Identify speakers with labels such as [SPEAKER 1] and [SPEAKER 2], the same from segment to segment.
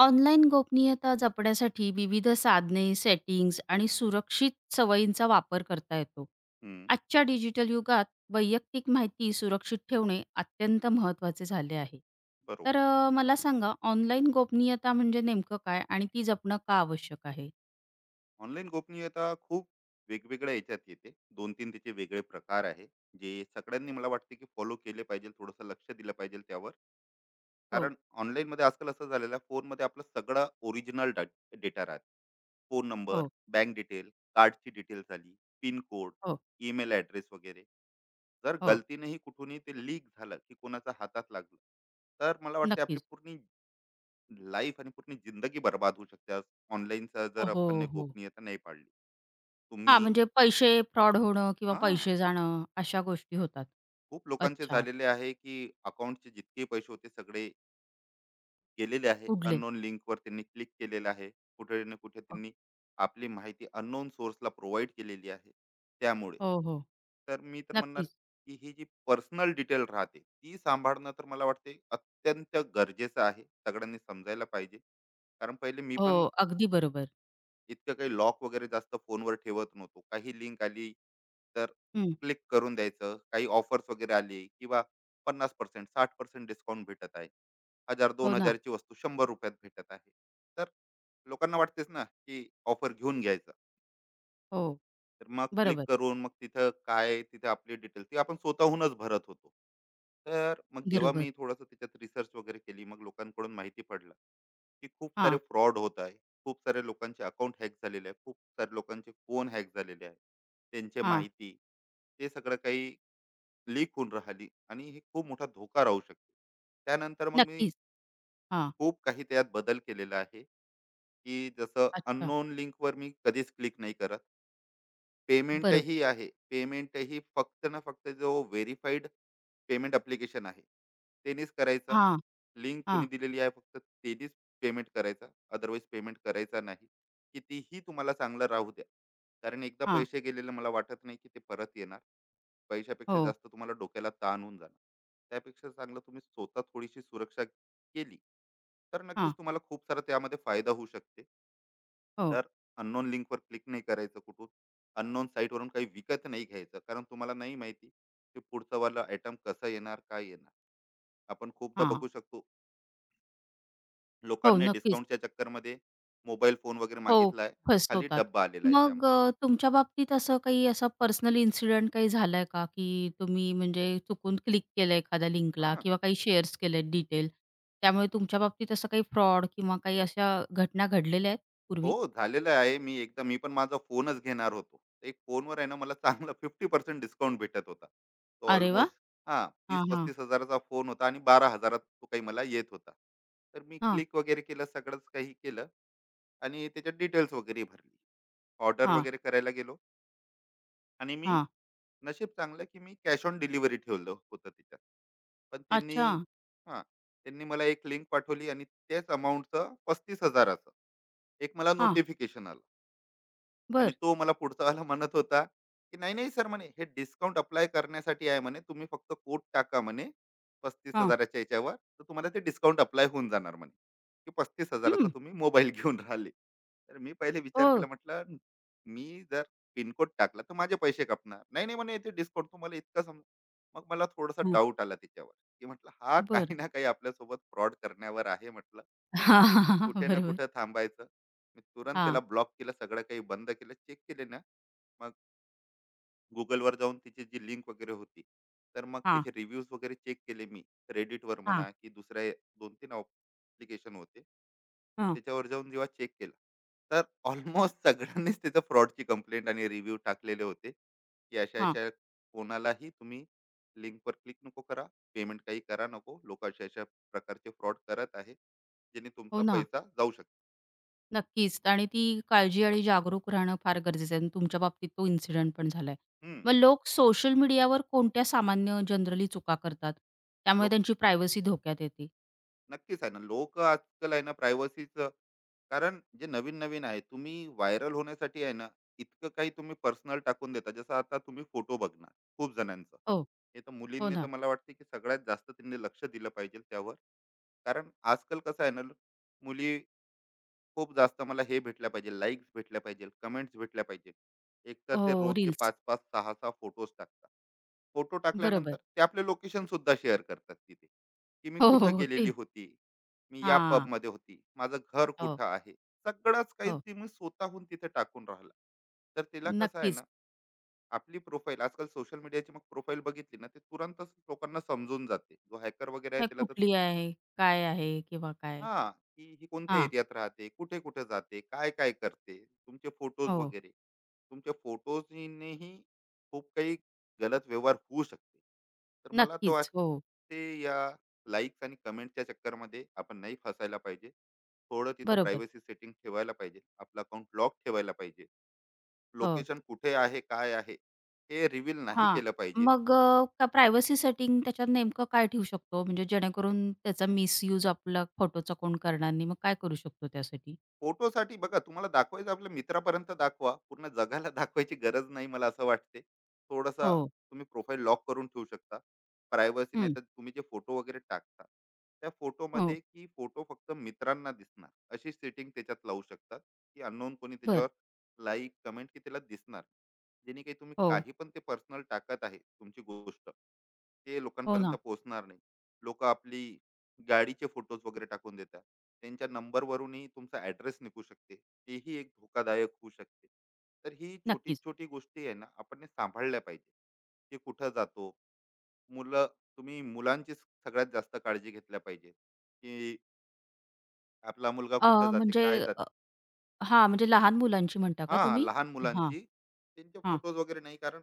[SPEAKER 1] Online गोपनीयता जपण्यासाठी विविध साधने, सेटिंग्स आणि सुरक्षित सवयींचा वापर करता येतो.
[SPEAKER 2] हं,
[SPEAKER 1] आजच्या डिजिटल युगात वैयक्तिक माहिती सुरक्षित ठेवणे अत्यंत महत्त्वाचे झाले आहे. तर
[SPEAKER 2] बरोबर.
[SPEAKER 1] मला सांगा ऑनलाईन गोपनीयता म्हणजे नेमकं काय आणि ती जपणं का आवश्यक आहे?
[SPEAKER 2] ऑनलाईन गोपनीयता खूप वेगवेगळ्या याच्यात येते. 2 तीन त्याचे वेगळे प्रकार आहे, जे सगळ्यांनी मला वाटते की फॉलो केले पाहिजे, थोडंसं लक्ष दिलं पाहिजे त्यावर.
[SPEAKER 1] हो,
[SPEAKER 2] कारण ऑनलाईनमध्ये आजकाल असं झालेलं आहे, फोनमध्ये आपला सगळा ओरिजिनल डेटा राहते. फोन नंबर,
[SPEAKER 1] हो,
[SPEAKER 2] बँक डिटेल, कार्डची डिटेल झाली, पिन कोड,
[SPEAKER 1] हो,
[SPEAKER 2] ईमेल ॲड्रेस वगैरे. जर
[SPEAKER 1] हो.
[SPEAKER 2] गलतीनेही कुठूनही ते लीक झालं, की कोणाच्या हातात लागलं, तर मला वाटते आपली
[SPEAKER 1] नक्कीच.
[SPEAKER 2] पूर्ण लाईफ आणि पूर्ण जिंदगी बर्बाद होऊ शकते. ऑनलाईनचा
[SPEAKER 1] हो,
[SPEAKER 2] जर आपण ने
[SPEAKER 1] हो, हो.
[SPEAKER 2] गोपनीयता नाही पाळली.
[SPEAKER 1] हां,
[SPEAKER 2] तुम्ही
[SPEAKER 1] म्हणजे पैसे फ्रॉड होणं किंवा
[SPEAKER 2] हा,
[SPEAKER 1] पैसे जाणं अशा गोष्टी होतात.
[SPEAKER 2] खूप लोकांचे
[SPEAKER 1] अच्छा.
[SPEAKER 2] झालेले आहे की अकाउंटचे जितके पैसे होते सगळे गेलेले आहे,
[SPEAKER 1] उडले.
[SPEAKER 2] अननोन लिंकवर त्यांनी क्लिक केलेलं आहे, कुठे ना कुठे त्यांनी आपली माहिती अननोन सोर्सला प्रोव्हाइड केलेली आहे, त्यामुळे
[SPEAKER 1] हो, हो.
[SPEAKER 2] तर मी तर म्हणणार
[SPEAKER 1] नक्कीच.
[SPEAKER 2] की ही जी पर्सनल डिटेल राहते ती सांभाळणं तर मला वाटते अत्यंत गरजेचं आहे, सगळ्यांनी समजायला पाहिजे. कारण पहिले मी
[SPEAKER 1] हो,
[SPEAKER 2] पण
[SPEAKER 1] अगदी बरोबर.
[SPEAKER 2] इतकं काही लॉक वगैरे जास्त फोनवर ठेवत नव्हतो. काही लिंक आली तर
[SPEAKER 1] हं.
[SPEAKER 2] क्लिक करून द्यायचं, काही ऑफर्स वगैरे आली किंवा 50% 60% डिस्काउंट भेटत आहे, 1,000
[SPEAKER 1] हो
[SPEAKER 2] दोन
[SPEAKER 1] ना.
[SPEAKER 2] हजारची वस्तू 100 रुपयात भेटत आहे, तर लोकांना वाटतेच ना की ऑफर घेऊन घ्यायचं.
[SPEAKER 1] हो.
[SPEAKER 2] तर मग क्लिक
[SPEAKER 1] बरोबर,
[SPEAKER 2] करून मग तिथं काय, तिथे आपली डिटेल ती आपण स्वतःहूनच भरत होतो. तर मग जेव्हा
[SPEAKER 1] बरोबर.
[SPEAKER 2] मी थोडंसं त्याच्यात रिसर्च वगैरे केली, मग लोकांकडून माहिती पडलं, की खूप सारे
[SPEAKER 1] हां,
[SPEAKER 2] फ्रॉड होत आहे. खूप सारे लोकांचे अकाउंट हॅक झालेले आहे. खूप सारे लोकांचे फोन हॅक झालेले आहे. त्यांची
[SPEAKER 1] हां.
[SPEAKER 2] माहिती, ते सगळं काही लीक होऊन राहिली आणि हे खूप मोठा धोका राहू शकतो. त्यानंतर मग मी
[SPEAKER 1] नक्कीच. हां.
[SPEAKER 2] खूप काही त्यात बदल केलेला आहे. की जसं
[SPEAKER 1] अच्छा.
[SPEAKER 2] अननोन लिंकवर मी कधीच क्लिक नाही करत.
[SPEAKER 1] बरोबर.
[SPEAKER 2] पेमेंटही आहे पेमेंटही फक्त ना फक्त जो व्हेरीफाईड पेमेंट अप्लिकेशन आहे तेनीच करायचा,
[SPEAKER 1] हां,
[SPEAKER 2] लिंक
[SPEAKER 1] हां,
[SPEAKER 2] कोणी दिलेली आहे फक्त तेनीच पेमेंट करायचा, अदरवाईज पेमेंट करायचा नाही. कितीही तुम्हाला चांगलं राहू द्या, कारण एकदा
[SPEAKER 1] हां.
[SPEAKER 2] पैसे गेलेले मला वाटत नाही की ते परत येणार. पैशापेक्षा
[SPEAKER 1] हो.
[SPEAKER 2] जास्त तुम्हाला डोक्याला ताण होऊन जाणार. त्यापेक्षा चांगलं तुम्ही स्वतः थोडीशी सुरक्षा केली तर
[SPEAKER 1] हां.
[SPEAKER 2] नक्कीच तुम्हाला खूप सारा त्यामध्ये फायदा होऊ शकते.
[SPEAKER 1] हो.
[SPEAKER 2] तर अननोन लिंकवर क्लिक नाही करायचं, कुठून अननोन साईटवरून काही विकत नाही घ्यायचं, कारण तुम्हाला नाही माहिती की पुढचा वाला आयटम कसा येणार, काय येणार. आपण खूपदा
[SPEAKER 1] हां.
[SPEAKER 2] बघू शकतो,
[SPEAKER 1] हो,
[SPEAKER 2] लोकांनी
[SPEAKER 1] नक्कीच.
[SPEAKER 2] डिस्काउंटच्या चक्करमध्ये मोबाईल फोन वगैरे
[SPEAKER 1] हो,
[SPEAKER 2] मागितला आहे आणि खाली
[SPEAKER 1] फसवतात.
[SPEAKER 2] डब्बा आलेला आहे त्या.
[SPEAKER 1] मग तुमच्या बाबतीत असं काही असा पर्सनल इन्सिडेंट काही झालाय का, की तुम्ही म्हणजे चुकून क्लिक केलं एखाद्या लिंकला
[SPEAKER 2] हा,
[SPEAKER 1] किंवा काही शेअर्स केलेत डिटेल, त्यामुळे तुमच्या बाबतीत असं काही फ्रॉड किंवा काही अशा घटना घडलेल्या आहेत पूर्वी?
[SPEAKER 2] हो, झालेलं आहे. मी एकदा मी पण माझा फोनच घेणार होतो. एक फोनवर आहे ना, मला चांगला 50% डिस्काउंट भेटत होता. तो
[SPEAKER 1] अरे वाह!
[SPEAKER 2] ऑलमोस्ट हां,
[SPEAKER 1] हां, हां.
[SPEAKER 2] 30,000-35,000 चा फोन होता आणि 12,000 त तो काही मला येत होता. तर मी
[SPEAKER 1] हां,
[SPEAKER 2] क्लिक वगैरे केलं, सगळंच काही केलं आणि त्याच्यात डिटेल्स वगैरे भरली. ऑर्डर
[SPEAKER 1] हां,
[SPEAKER 2] वगैरे करायला गेलो आणि मी,
[SPEAKER 1] हां.
[SPEAKER 2] नशीब चांगलं की मी कॅश ऑन डिलिव्हरी ठेवलं होतं त्याच्यात. पण
[SPEAKER 1] अच्छा.
[SPEAKER 2] त्यांनी, हां, त्यांनी मला एक लिंक पाठवली आणि त्याच अमाउंटचं 35,000 चं एक मला
[SPEAKER 1] हां.
[SPEAKER 2] नोटिफिकेशन आलं. आणि
[SPEAKER 1] बर,
[SPEAKER 2] तो मला पुढचा वाला म्हणत होता की, नाही नाही सर, म्हणे हे डिस्काउंट अप्लाय करण्यासाठी आहे, म्हणे तुम्ही फक्त कोट टाका, म्हणे पस्तीस
[SPEAKER 1] हां.
[SPEAKER 2] हजाराच्या याच्यावर तर तुम्हाला ते डिस्काउंट अप्लाय होऊन जाणार म्हणे. की 35,000चा
[SPEAKER 1] हं.
[SPEAKER 2] तुम्ही मोबाईल घेऊन राहिले. तर मी पहिले विचार
[SPEAKER 1] हो.
[SPEAKER 2] केला, म्हटलं मी जर पिनकोड टाकला तर माझे पैसे कापणार? नाही नाही म्हणे ते डिस्काउंट तुम्हाला इतका समजा. मग मला थोडासा
[SPEAKER 1] हां.
[SPEAKER 2] डाऊट आला त्याच्यावर, की म्हटलं हा
[SPEAKER 1] बरं.
[SPEAKER 2] काही ना काही आपल्यासोबत फ्रॉड करण्यावर आहे म्हटलं. कुठे ना
[SPEAKER 1] बरोबर.
[SPEAKER 2] कुठे थांबायचं. मी तुरंत
[SPEAKER 1] हां,
[SPEAKER 2] त्याला ब्लॉक केलं, सगळं काही बंद केलं, चेक केले ना. मग गुगलवर जाऊन तिची जी लिंक वगैरे होती, तर मग
[SPEAKER 1] हां,
[SPEAKER 2] त्याचे रिव्ह्यूज वगैरे चेक केले मी. रेडिटवर
[SPEAKER 1] हां,
[SPEAKER 2] म्हणा की दुसऱ्या 2-3 ॲप्लिकेशन होते
[SPEAKER 1] हां.
[SPEAKER 2] त्याच्यावर जाऊन जेव्हा चेक केलं, तर ऑलमोस्ट सगळ्यांनीच त्याचं फ्रॉडची कंप्लेंट आणि रिव्ह्यू टाकलेले होते की अशा
[SPEAKER 1] हां.
[SPEAKER 2] अशा कोणालाही तुम्ही लिंकवर क्लिक नको करा, पेमेंट काही करा नको, लोक अशा अशा प्रकारचे फ्रॉड करत आहे जेणे तुमचा
[SPEAKER 1] हो ना.
[SPEAKER 2] पैसा जाऊ शकतो.
[SPEAKER 1] नक्कीच आणि ती काळजी आणि जागरूक राहणं फार गरजेचं आहे आणि तुमच्या बाबतीत तो इन्सिडेंट पण झालाय.
[SPEAKER 2] हम्म,
[SPEAKER 1] मग लोक सोशल मीडियावर कोणत्या सामान्य जनरली चुका करतात? त्यामुळे
[SPEAKER 2] लोक
[SPEAKER 1] त्यांची प्रायव्हसी धोक्यात येते.
[SPEAKER 2] नक्कीच आहे ना, लोक आजकाल आहे ना प्रायव्हसीचं, कारण जे नवीन नवीन आहे तुम्ही व्हायरल होण्यासाठी आहे ना, इतकं काही तुम्ही पर्सनल टाकून देता. जसं आता तुम्ही फोटो बघणार खूप जणांचं,
[SPEAKER 1] हो,
[SPEAKER 2] हे तर
[SPEAKER 1] हो
[SPEAKER 2] मुलींनी तर
[SPEAKER 1] ना.
[SPEAKER 2] मला वाटते की सगळ्यात जास्त त्यांनी लक्ष दिलं पाहिजे त्यावर. कारण आजकाल कसं आहे ना, मुली खूप जास्त मला हे भेटल्या पाहिजे, लाईक्स भेटल्या पाहिजे, कमेंट्स भेटल्या पाहिजे. एकतर ते
[SPEAKER 1] हो,
[SPEAKER 2] रोजचे
[SPEAKER 1] रील्स.
[SPEAKER 2] पाच-पाच 6-6 फोटोज टाकतात. फोटो टाकल्यानंतर
[SPEAKER 1] बरोबर.
[SPEAKER 2] ते आपले लोकेशनसुद्धा शेअर करतात तिथे, की मी
[SPEAKER 1] हो, हो,
[SPEAKER 2] कुठं
[SPEAKER 1] हो.
[SPEAKER 2] गेलेली
[SPEAKER 1] ते
[SPEAKER 2] होती, मी या
[SPEAKER 1] हां.
[SPEAKER 2] पबमध्ये होती, माझं घर
[SPEAKER 1] हो,
[SPEAKER 2] कुठं आहे. सगळंच काही
[SPEAKER 1] हो.
[SPEAKER 2] तुम्ही स्वतःहून तिथे टाकून राहिला. तर तिला कसं आहे ना,
[SPEAKER 1] नक्कीच.
[SPEAKER 2] आपली प्रोफाईल आजकाल सोशल मीडियाची, मग प्रोफाईल बघितली ना, ते तुरंतच लोकांना समजून जाते. जो हॅकर वगैरे आहे
[SPEAKER 1] हे
[SPEAKER 2] त्याला तर,
[SPEAKER 1] कुठली आहे? काय आहे? किंवा काय?
[SPEAKER 2] हां, की ही कोणत्या
[SPEAKER 1] हां.
[SPEAKER 2] एरियात राहते, कुठे-कुठे जाते, काय-काय करते, तुमचे फोटोज
[SPEAKER 1] हो.
[SPEAKER 2] वगैरे. तुमच्या फोटोजनेही खूप काही गलत व्यवहार होऊ शकते. तर मला तर
[SPEAKER 1] नक्कीच. हो.
[SPEAKER 2] वाटते या लाईक्स आणि कमेंटच्या चक्करमध्ये आपण नाही फसायला पाहिजे. थोडं तिथं
[SPEAKER 1] बरोबर.
[SPEAKER 2] प्रायव्हसी सेटिंग ठेवायला पाहिजे. आपलं अकाउंट लॉक ठेवायला पाहिजे.
[SPEAKER 1] हो.
[SPEAKER 2] लोकेशन कुठे आहे, काय आहे, हे रिव्हील नाही
[SPEAKER 1] हां.
[SPEAKER 2] केलं पाहिजे.
[SPEAKER 1] मग का प्रायव्हसी सेटिंग त्याच्यात नेमकं काय ठेवू शकतो? म्हणजे जेणेकरून त्याचा मिसयूज आपला फोटोचा कोण करणार नाही. मग काय करू शकतो त्यासाठी?
[SPEAKER 2] फोटोसाठी बघा तुम्हाला दाखवायचं आपल्या मित्रापर्यंत, दाखवा, पूर्ण जगाला दाखवायची गरज नाही. मला असं वाटते थोडासा
[SPEAKER 1] हो.
[SPEAKER 2] तुम्ही प्रोफाईल लॉक करून ठेवू शकता. प्रायव्हसी नाही
[SPEAKER 1] हं.
[SPEAKER 2] तर तुम्ही जे फोटो वगैरे टाकता, त्या
[SPEAKER 1] हो.
[SPEAKER 2] फोटोमध्ये की फोटो फक्त मित्रांना दिसणार अशी सेटिंग त्याच्यात लावू शकतात, की अननोन कोणी
[SPEAKER 1] बर,
[SPEAKER 2] त्याच्यावर लाईक कमेंट की त्याला दिसणार, जेणे काही तुम्ही
[SPEAKER 1] हो.
[SPEAKER 2] काही पण ते पर्सनल टाकत आहे तुमची गोष्ट ते
[SPEAKER 1] हो
[SPEAKER 2] लोकांपर्यंत
[SPEAKER 1] ना.
[SPEAKER 2] पोहोचणार नाही. लोक आपली गाडीचे फोटोज वगैरे टाकून देतात, त्यांच्या नंबरवरूनही तुमचा ॲड्रेस निघू शकते. तेही एक धोकादायक होऊ शकते. तर ही
[SPEAKER 1] नक्कीच.
[SPEAKER 2] छोटी-छोटी गोष्टी आहे ना, आपण ने सांभाळल्या पाहिजे, की कुठं जातो. मुलं, तुम्ही मुलांची सगळ्यात जास्त काळजी घेतल्या पाहिजे, की आपला मुलगा
[SPEAKER 1] अ,
[SPEAKER 2] कुठं जाते,
[SPEAKER 1] म्हणजे
[SPEAKER 2] काय जाते.
[SPEAKER 1] अ, हां, म्हणजे लहान मुलांची म्हणता का
[SPEAKER 2] हां,
[SPEAKER 1] तुम्ही?
[SPEAKER 2] लहान
[SPEAKER 1] हां,
[SPEAKER 2] मुलांची. त्यांचे
[SPEAKER 1] हां.
[SPEAKER 2] फोटोज वगैरे नाही, कारण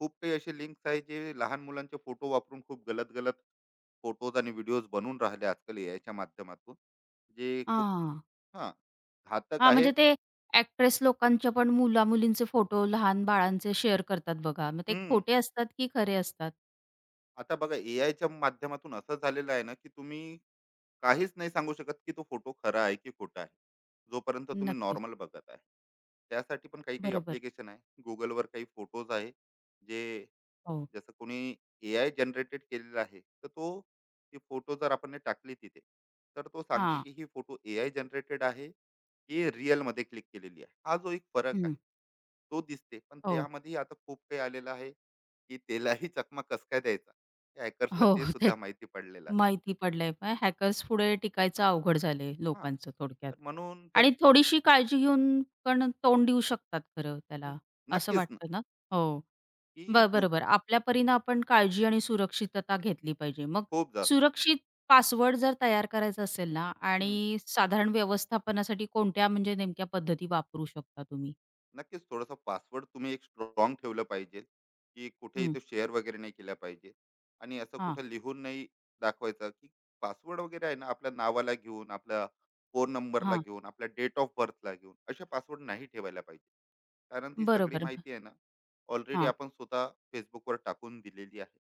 [SPEAKER 2] खूप काही असे लिंक्स आहेत, जे लहान मुलांचे फोटो वापरून खूप गलत-गलत फोटोज आणि व्हिडिओज बनून राहिले आजकाल एआयच्या माध्यमातून. जे खूप,
[SPEAKER 1] हां.
[SPEAKER 2] हां, घातक
[SPEAKER 1] हां,
[SPEAKER 2] आहे.
[SPEAKER 1] म्हणजे ते ॲक्ट्रेस लोकांच्या पण मुला-मुलींचे फोटो लहान बाळांचे शेअर करतात बघा. मग ते
[SPEAKER 2] हं.
[SPEAKER 1] खोटे असतात की खरे असतात?
[SPEAKER 2] आता बघा एआयच्या माध्यमातून असं झालेलं आहे ना की तुम्ही काहीच नाही सांगू शकत की तो फोटो खरा आहे की खोटा आहे, जोपर्यंत तुम्ही
[SPEAKER 1] नक्कीच.
[SPEAKER 2] नॉर्मल बघत आहे. त्यासाठी पण काही काही
[SPEAKER 1] बरोबर.
[SPEAKER 2] अप्लिकेशन आहे गुगलवर, काही फोटोज आहे, जे
[SPEAKER 1] हो.
[SPEAKER 2] जसं कोणी एआय जनरेटेड केलेला आहे तर तो, ती फोटो जर आपण ने टाकली तिथे, तर तो सांगते
[SPEAKER 1] हां.
[SPEAKER 2] की ही फोटो एआय जनरेटेड आहे की रिअल मध्ये क्लिक केलेली आहे, हा जो एक फरक
[SPEAKER 1] हं.
[SPEAKER 2] आहे तो दिसते. पण
[SPEAKER 1] हो, हो.
[SPEAKER 2] त्यामध्ये आता खूप काही आलेलं आहे की त्यालाही चकमा कस काय द्यायचा, हॅकर्सला ते
[SPEAKER 1] ते
[SPEAKER 2] सुद्धा माहिती पडलेलं आहे.
[SPEAKER 1] माहिती पडलंय. मग हॅकर्स पुढे टिकायचं अवघड झालंय
[SPEAKER 2] हा,
[SPEAKER 1] लोकांचं थोडक्यात.
[SPEAKER 2] तर म्हणून जर,
[SPEAKER 1] आणि थोडीशी काळजी घेऊन पण तोंड देऊ शकतात खरं त्याला, असं
[SPEAKER 2] नक्कीच ना
[SPEAKER 1] वाटतं ना? हो.
[SPEAKER 2] की
[SPEAKER 1] ब
[SPEAKER 2] तू,
[SPEAKER 1] बरोबर. आपल्या परीनं आपण काळजी आणि सुरक्षितता घेतली पाहिजे. मग
[SPEAKER 2] खूप जास्त
[SPEAKER 1] सुरक्षित पासवर्ड जर तयार करायचा असेल ना आणि साधारण व्यवस्थापनासाठी कोणत्या म्हणजे नेमक्या पद्धती वापरू शकता तुम्ही?
[SPEAKER 2] नक्कीच थोडासा पासवर्ड तुम्ही एक स्ट्रॉंग ठेवलं पाहिजे, की कुठेही
[SPEAKER 1] हं.
[SPEAKER 2] तो शेअर वगैरे नाही केला पाहिजे. आणि असं
[SPEAKER 1] हां,
[SPEAKER 2] कुठं लिहून नाही दाखवायचं, की पासवर्ड वगैरे आहे ना आपल्या नावाला घेऊन, आपल्या फोन नंबरला
[SPEAKER 1] हां.
[SPEAKER 2] घेऊन, आपल्या डेट ऑफ बर्थला घेऊन असे पासवर्ड नाही ठेवायला पाहिजे, कारण ती सगळी
[SPEAKER 1] बरोबर.
[SPEAKER 2] माहिती आहे ना ऑलरेडी
[SPEAKER 1] हां.
[SPEAKER 2] आपण स्वतः फेसबुकवर टाकून दिलेली आहे.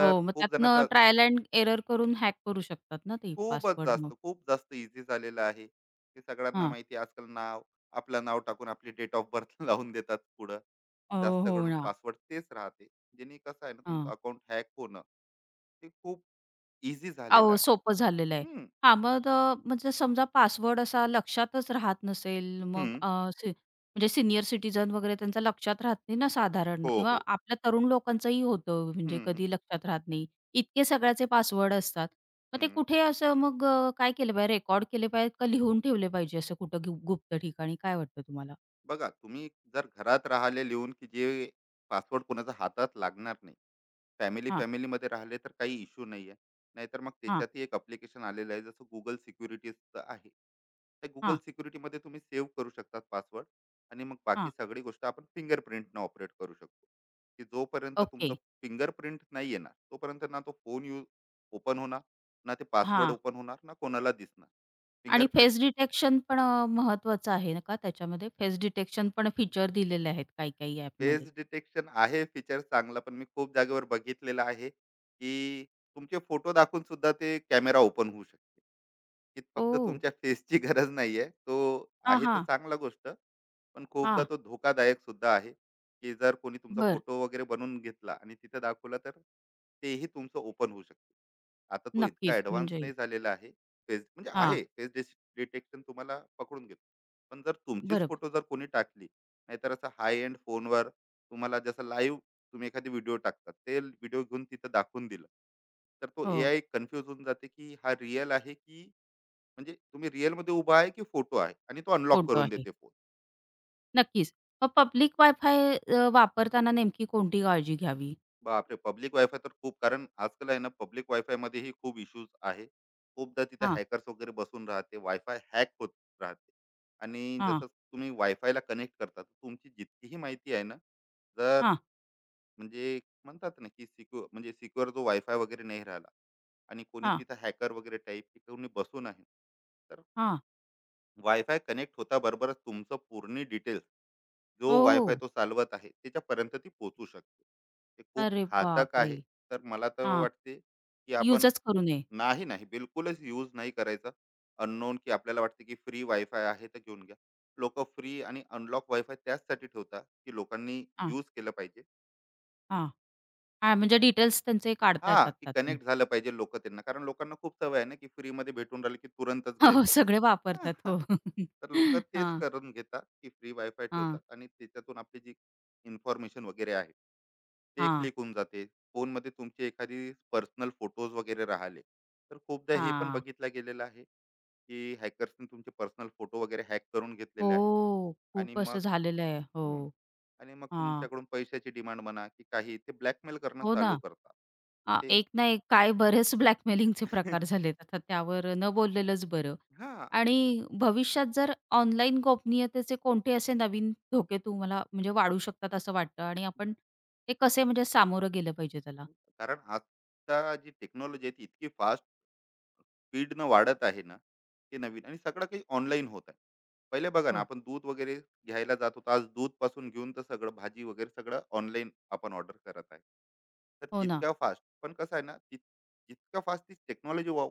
[SPEAKER 1] हो, मग
[SPEAKER 2] खूप
[SPEAKER 1] त्यातनं
[SPEAKER 2] जणांचा,
[SPEAKER 1] ट्रायल एंड एरर करून हॅक करू शकतात ना ते
[SPEAKER 2] खूपच
[SPEAKER 1] पासवर्ड मग.
[SPEAKER 2] जास्त, खूप जास्त ईझी झालेलं आहे. हे सगळ्यांना
[SPEAKER 1] हां.
[SPEAKER 2] माहिती आहे आजकाल नाव, आपलं नाव टाकून आपली डेट ऑफ बर्थ लावून देतात पुढं.
[SPEAKER 1] हो,
[SPEAKER 2] जास्त
[SPEAKER 1] हो
[SPEAKER 2] करून
[SPEAKER 1] ना.
[SPEAKER 2] पासवर्ड तेच राहते. जेणे कसं आहे ना तुमचं
[SPEAKER 1] हां.
[SPEAKER 2] अकाउंट हॅक होणं हे खूप ईझी झालेलं
[SPEAKER 1] अहो,
[SPEAKER 2] आहे.
[SPEAKER 1] सोपं झालेलं आहे.
[SPEAKER 2] हं,
[SPEAKER 1] हां, मग म्हणजे समजा पासवर्ड असा लक्षातच राहत नसेल, मग
[SPEAKER 2] हं.
[SPEAKER 1] सी म्हणजे सीनियर सिटिझन वगैरे त्यांचा लक्षात राहत नाही ना साधारण
[SPEAKER 2] हो,
[SPEAKER 1] किंवा
[SPEAKER 2] हो.
[SPEAKER 1] आपल्या तरुण लोकांचंही होतं म्हणजे
[SPEAKER 2] हं, हं.
[SPEAKER 1] कधी लक्षात राहत नाही. इतके सगळ्याचे पासवर्ड असतात. मग ते
[SPEAKER 2] हं.
[SPEAKER 1] कुठे असं मग काय केलं पाहिजे? रेकॉर्ड केले पाहिजेत का लिहून ठेवले पाहिजे असं कुठं गुप्त ठिकाणी? काय वाटतं तुम्हाला?
[SPEAKER 2] बघा तुम्ही जर घरात राहिले लिहून, की जे पासवर्ड कोणाच्या हातात लागणार नाही.
[SPEAKER 1] हां,
[SPEAKER 2] फॅमिली-फॅमिलीमध्ये राहिले तर काही इश्यू नाहीये. नाहीतर मग
[SPEAKER 1] हां,
[SPEAKER 2] त्याच्यातही एक ॲप्लिकेशन आलेलं आहे जसं Google सिक्युरिटीजचं आहे. त्या गुगल
[SPEAKER 1] हां,
[SPEAKER 2] सिक्युरिटीमध्ये तुम्ही सेव्ह करू शकतात पासवर्ड, आणि मग बाकी
[SPEAKER 1] हां.
[SPEAKER 2] सगळी गोष्ट आपण फिंगरप्रिंटनं ऑपरेट करू शकतो, की जोपर्यंत
[SPEAKER 1] ओके.
[SPEAKER 2] तुमचं फिंगरप्रिंट नाही येणार तोपर्यंत ना तो फोन यूज ओपन होणार, ना ते पासवर्ड
[SPEAKER 1] हां.
[SPEAKER 2] ओपन होणार, ना कोणाला दिसणार
[SPEAKER 1] आणि
[SPEAKER 2] फिंगरप्रिंट.
[SPEAKER 1] फेस डिटेक्शन पण महत्वाचं आहे ना का त्याच्यामध्ये? फेस डिटेक्शन पण फीचर दिलेले आहेत काही-काही ॲपमध्ये.
[SPEAKER 2] फेस डिटेक्शन आहे फीचर चांगला, पण मी खूप जागेवर बघितलेलं आहे की तुमचे फोटो दाखवून सुद्धा ते कॅमेरा ओपन होऊ शकतो, की फक्त
[SPEAKER 1] ओह!
[SPEAKER 2] तुमच्या फेसची गरज नाहीये. तो
[SPEAKER 1] हां,
[SPEAKER 2] आहे तर
[SPEAKER 1] हां.
[SPEAKER 2] चांगला गोष्ट, पण खूपदा
[SPEAKER 1] हां.
[SPEAKER 2] तो धोकादायक सुद्धा आहे, की जर कोणी तुमचा
[SPEAKER 1] बरं.
[SPEAKER 2] फोटो वगैरे बनवून घेतला आणि तिथे दाखवला तर तेही तुमचं ओपन होऊ शकते. आता तो इतका
[SPEAKER 1] नक्कीच
[SPEAKER 2] ॲडव्हान्स
[SPEAKER 1] म्हणजे
[SPEAKER 2] नाही झालेला आहे. फेस म्हणजे
[SPEAKER 1] हां.
[SPEAKER 2] आहे, फेस डिटेक्शन तुम्हाला पकडून घेतो. पण जर तुमचीच
[SPEAKER 1] बरोबर.
[SPEAKER 2] फोटो जर कोणी टाकली, नाहीतर असं हाय एंड फोनवर तुम्हाला जसं लाईव्ह तुम्ही एखादी व्हिडिओ टाकतात, ते व्हिडिओ घेऊन तिथं दाखवून दिलं, तर तो
[SPEAKER 1] हो.
[SPEAKER 2] एआय कन्फ्यूज होऊन जाते, की हा रिअल आहे की, म्हणजे तुम्ही रिअल मध्ये उभा आहे की फोटो आहे, आणि तो अनलॉक
[SPEAKER 1] फोटो
[SPEAKER 2] करून
[SPEAKER 1] आहे.
[SPEAKER 2] देते फोन.
[SPEAKER 1] नक्कीच. मग पब्लिक वायफाय वापरताना नेमकी कोणती काळजी घ्यावी?
[SPEAKER 2] बापरे, पब्लिक वायफाय तर खूप, कारण आजकाल आहे ना पब्लिक वायफाय मध्येही खूप इश्यूज आहे. खूपदा तिथे
[SPEAKER 1] हां,
[SPEAKER 2] हॅकर्स वगैरे बसून राहते, वायफाय हॅक होत राहते. आणि
[SPEAKER 1] हां,
[SPEAKER 2] जसं तुम्ही वायफायला कनेक्ट करता तर तुमची जितकीही माहिती आहे ना, जर
[SPEAKER 1] हां,
[SPEAKER 2] म्हणजे म्हणतात ना की सिक्युअर, म्हणजे सिक्युअर जो वायफाय वगैरे नाही राहिला आणि कोणी
[SPEAKER 1] हां,
[SPEAKER 2] तिथं हॅकर वगैरे टाईप कोणी बसून आहे, तर
[SPEAKER 1] हां.
[SPEAKER 2] वायफाय कनेक्ट होता बरोबरच तुमचं पूर्ण डिटेल्स जो
[SPEAKER 1] ओह!
[SPEAKER 2] वायफाय तो चालवत आहे त्याच्यापर्यंत ती पोहोचू शकते. ते खूप
[SPEAKER 1] अरे
[SPEAKER 2] घातक
[SPEAKER 1] बापरे!
[SPEAKER 2] आहे. तर मला तर
[SPEAKER 1] हां.
[SPEAKER 2] वाटते की आपण,
[SPEAKER 1] युजच करू नये.
[SPEAKER 2] नाही नाही बिलकुलच यूज नाही करायचा अननोन. की आपल्याला वाटते की फ्री वायफाय आहे तर घेऊन घ्या, लोक फ्री आणि अनलॉक वायफाय त्याचसाठी ठेवतात की लोकांनी
[SPEAKER 1] हां,
[SPEAKER 2] यूज केलं पाहिजे.
[SPEAKER 1] हां. हां, म्हणजे डिटेल्स त्यांचे काढता
[SPEAKER 2] हा,
[SPEAKER 1] येतात
[SPEAKER 2] की
[SPEAKER 1] त्यातून.
[SPEAKER 2] कनेक्ट झालं पाहिजे लोक त्यांना, कारण लोकांना खूप सवय आहे ना की free मध्ये भेटून राहिले की तुरंतच
[SPEAKER 1] हो, हो.
[SPEAKER 2] घ्यायचं.
[SPEAKER 1] सगळे
[SPEAKER 2] हा,
[SPEAKER 1] वापरतात.
[SPEAKER 2] हा.
[SPEAKER 1] हो.
[SPEAKER 2] तर लोक तेच
[SPEAKER 1] हां,
[SPEAKER 2] करून घेतात की फ्री वायफाय
[SPEAKER 1] हां,
[SPEAKER 2] ठेवतात आणि त्याच्यातून आपली जी इन्फॉर्मेशन वगैरे आहे ते
[SPEAKER 1] हां,
[SPEAKER 2] क्लिक होऊन जाते. फोनमध्ये तुमचे एखादी पर्सनल फोटोज वगैरे राहिले तर खूपदा हे पण
[SPEAKER 1] हां.
[SPEAKER 2] बघितलं गेलेलं आहे की हॅकर्सने तुमचे पर्सनल फोटो वगैरे हॅक करून घेतलेले आहे.
[SPEAKER 1] हो,
[SPEAKER 2] आणि
[SPEAKER 1] खूप
[SPEAKER 2] मग,
[SPEAKER 1] असं झालेलं आहे.
[SPEAKER 2] हम्म,
[SPEAKER 1] हो,
[SPEAKER 2] आणि मग
[SPEAKER 1] हां.
[SPEAKER 2] तुमच्याकडून पैशाची डिमांड म्हणा की काही ते ब्लॅकमेल करणं
[SPEAKER 1] हो
[SPEAKER 2] चालू
[SPEAKER 1] ना.
[SPEAKER 2] करतात. ते
[SPEAKER 1] एक ना एक काय बरेच ब्लॅकमेलिंगचे प्रकार झालेत. आता त्यावर न बोललेलंच बरं.
[SPEAKER 2] हा.
[SPEAKER 1] आणि भविष्यात जर ऑनलाईन गोपनीयतेचे कोणते असे नवीन धोके तुम्हाला म्हणजे वाढू शकतात असं वाटतं आणि आपण ते कसे म्हणजे सामोरं गेलं पाहिजे त्याला?
[SPEAKER 2] कारण आजचा जी टेक्नॉलॉजी आहे ती इतकी फास्ट स्पीडनं वाढत आहे ना, ते नवीन आणि सगळं काही ऑनलाईन होत आहे. पहिले बघा ना
[SPEAKER 1] हो,
[SPEAKER 2] आपण दूध वगैरे घ्यायला जात होतो, आज दूध पासून घेऊन तर सगळं भाजी वगैरे सगळं ऑनलाईन आपण ऑर्डर करत आहे. तर
[SPEAKER 1] हो ना.
[SPEAKER 2] जितका फास्ट, पण कसं आहे ना, जितका फास्ट ती टेक्नॉलॉजी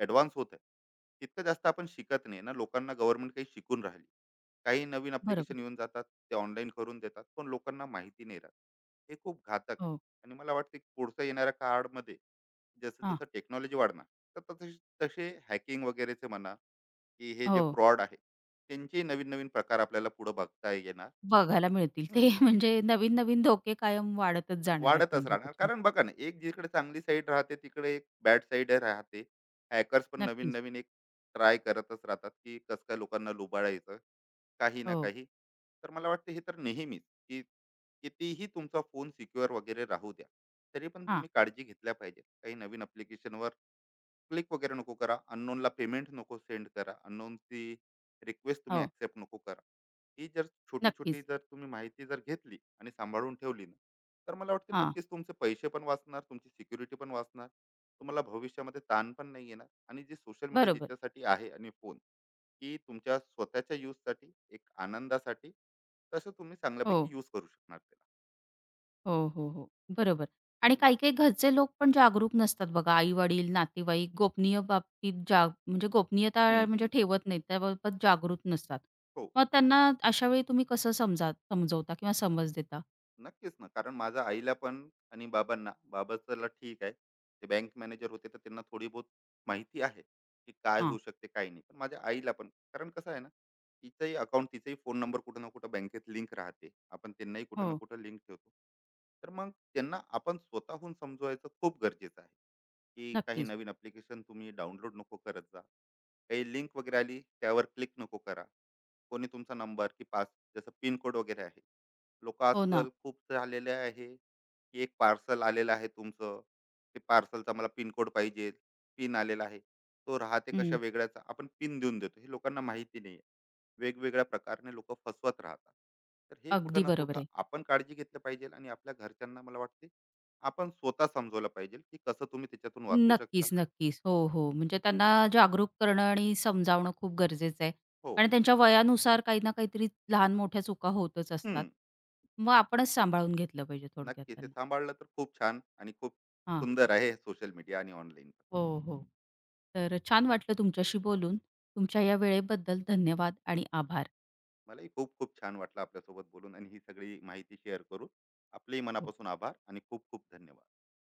[SPEAKER 2] ॲडव्हान्स होत आहे, तितकं जास्त आपण शिकत नाही ना, लोकांना गव्हर्नमेंट काही शिकून राहिली, काही नवीन
[SPEAKER 1] बरोबर.
[SPEAKER 2] अप्लिकेशन येऊन जातात, ते ऑनलाईन करून देतात, पण लोकांना माहिती नाही राहत. हे खूप घातक आहे.
[SPEAKER 1] हो,
[SPEAKER 2] आणि मला वाटते पुढचा येणाऱ्या काळामध्ये जसं
[SPEAKER 1] हां,
[SPEAKER 2] जसं टेक्नॉलॉजी वाढणार, तर तसे तसे हॅकिंग वगैरेचे म्हणा, की हे जे
[SPEAKER 1] हो.
[SPEAKER 2] फ्रॉड आहे त्यांचे नवीन नवीन प्रकार आपल्याला पुढे बघता येणार.
[SPEAKER 1] बघायला मिळतील.
[SPEAKER 2] हम्म,
[SPEAKER 1] ते म्हणजे नवीन-नवीन धोके कायम वाढतच जाणार आहेत
[SPEAKER 2] वाढतच
[SPEAKER 1] म्हणजे
[SPEAKER 2] राहणार,
[SPEAKER 1] त्याच्या
[SPEAKER 2] कारण बघा ना एक जिकडे चांगली साईड राहते तिकडे एक बॅड साईड राहते. हॅकर्स पण नवीन
[SPEAKER 1] नक्कीच.
[SPEAKER 2] नवीन एक ट्राय करतच राहतात, की कसं काय लोकांना लुबाडायचं काही ना
[SPEAKER 1] हो.
[SPEAKER 2] काही. तर मला वाटतं हे तर नेहमीच, की कितीही तुमचा फोन सिक्युअर वगैरे राहू द्या तरी पण
[SPEAKER 1] हां.
[SPEAKER 2] तुम्ही काळजी घेतल्या पाहिजे. काही नवीन application वर क्लिक वगैरे नको करा, अननोनला पेमेंट नको सेंड करा, अननोनची रिक्वेस्ट तुम्ही
[SPEAKER 1] हो.
[SPEAKER 2] ऍक्सेप्ट नको करा. ही जर छोटी छोटी
[SPEAKER 1] नक्कीच.
[SPEAKER 2] जर तुम्ही माहिती जर घेतली आणि सांभाळून ठेवली ना, तर मला वाटते
[SPEAKER 1] हां.
[SPEAKER 2] नक्कीच तुमचे पैसे पण वाचणार, तुमची सिक्युरिटी पण वाचणार, तुम्हाला भविष्यामध्ये ताण पण नाही येणार, आणि जे सोशल मीडिया
[SPEAKER 1] बरोबर.
[SPEAKER 2] जिच्यासाठी आहे आणि फोन, की तुमच्या स्वतःच्या यूजसाठी, एक आनंदासाठी, तसं तुम्ही
[SPEAKER 1] हो.
[SPEAKER 2] चांगल्यापैकी यूज करू शकणार त्याला.
[SPEAKER 1] हो, हो, हो. बरोबर. आणि
[SPEAKER 2] हम्म,
[SPEAKER 1] काही-काही घरचे लोक पण जागरूक नसतात बघा. आई-वडील, नातेवाईक गोपनीय बाबतीत जा म्हणजे गोपनीयता
[SPEAKER 2] हम्म,
[SPEAKER 1] म्हणजे
[SPEAKER 2] हम्म.
[SPEAKER 1] ठेवत नाहीत. त्याबाबत जागरूक नसतात.
[SPEAKER 2] हो.
[SPEAKER 1] मग त्यांना अशा वेळी तुम्ही कसं समजा समजवता किंवा समज देता?
[SPEAKER 2] नक्कीच ना, कारण माझ्या आईला पण आणि बाबांना, बाबाचला ठीक आहे ते बँक मॅनेजर होते तर त्यांना थोडी बहुत माहिती आहे की काय होऊ
[SPEAKER 1] हां.
[SPEAKER 2] शकते काय नाही, पण माझ्या आईला पण, कारण कसं आहे ना, तिचंही अकाउंट, तिचाही फोन नंबर कुठं ना कुठं बँकेत लिंक राहते, आपण त्यांनाही कुठं ना
[SPEAKER 1] हो.
[SPEAKER 2] कुठं लिंक ठेवतो. तर मग त्यांना आपण स्वतःहून समजवायचं खूप गरजेचं आहे, की काही
[SPEAKER 1] नक्कीच.
[SPEAKER 2] नवीन अप्लिकेशन तुम्ही डाउनलोड नको करत जा, काही लिंक वगैरे आली त्यावर क्लिक नको करा, कोणी तुमचा नंबर की पास, जसं पिन कोड वगैरे आहे, लोक
[SPEAKER 1] हो ना.
[SPEAKER 2] आजकाल खूप झालेले आहे की एक पार्सल आलेलं आहे तुमचं, ते पार्सलचा मला पिन कोड पाहिजे, पिन आलेला आहे, तो राहते कशा
[SPEAKER 1] हं.
[SPEAKER 2] वेगळ्याचा, आपण पिन देऊन देतो, हे लोकांना माहिती नाही. वेगवेगळ्या प्रकारने लोक फसवत राहतात. तर हे कुठं
[SPEAKER 1] अगदी
[SPEAKER 2] ना
[SPEAKER 1] बरोबर
[SPEAKER 2] कुठं
[SPEAKER 1] आहे.
[SPEAKER 2] आपण काळजी घेतलं पाहिजे, आणि आपल्या घरच्यांना मला वाटते आपण स्वतः समजवलं पाहिजे की कसं तुम्ही त्याच्यातून वाचू शकता.
[SPEAKER 1] नक्कीच, नक्कीच. हो, हो. म्हणजे त्यांना जागरूक करणं आणि समजावणं खूप गरजेचं आहे.
[SPEAKER 2] हो.
[SPEAKER 1] कारण त्यांच्या वयानुसार काही ना काहीतरी लहान-मोठ्या चुका होतच असतात.
[SPEAKER 2] हम्म.
[SPEAKER 1] मग आपणच सांभाळून घेतलं पाहिजे थोडक्यात
[SPEAKER 2] नक्कीच. हे
[SPEAKER 1] त्यांना.
[SPEAKER 2] सांभाळलं तर खूप छान आणि खूप
[SPEAKER 1] हां.
[SPEAKER 2] सुंदर आहे सोशल मीडिया आणि ऑनलाईन.
[SPEAKER 1] हो, हो. तर छान वाटलं तुमच्याशी बोलून. तुमच्या या वेळेबद्दल धन्यवाद आणि आभार.
[SPEAKER 2] मलाही खूप खूप छान वाटलं आपल्यासोबत बोलून आणि ही सगळी माहिती शेअर करून. आपलेही
[SPEAKER 1] हो.
[SPEAKER 2] मनापासून आभार आणि खूप खूप धन्यवाद.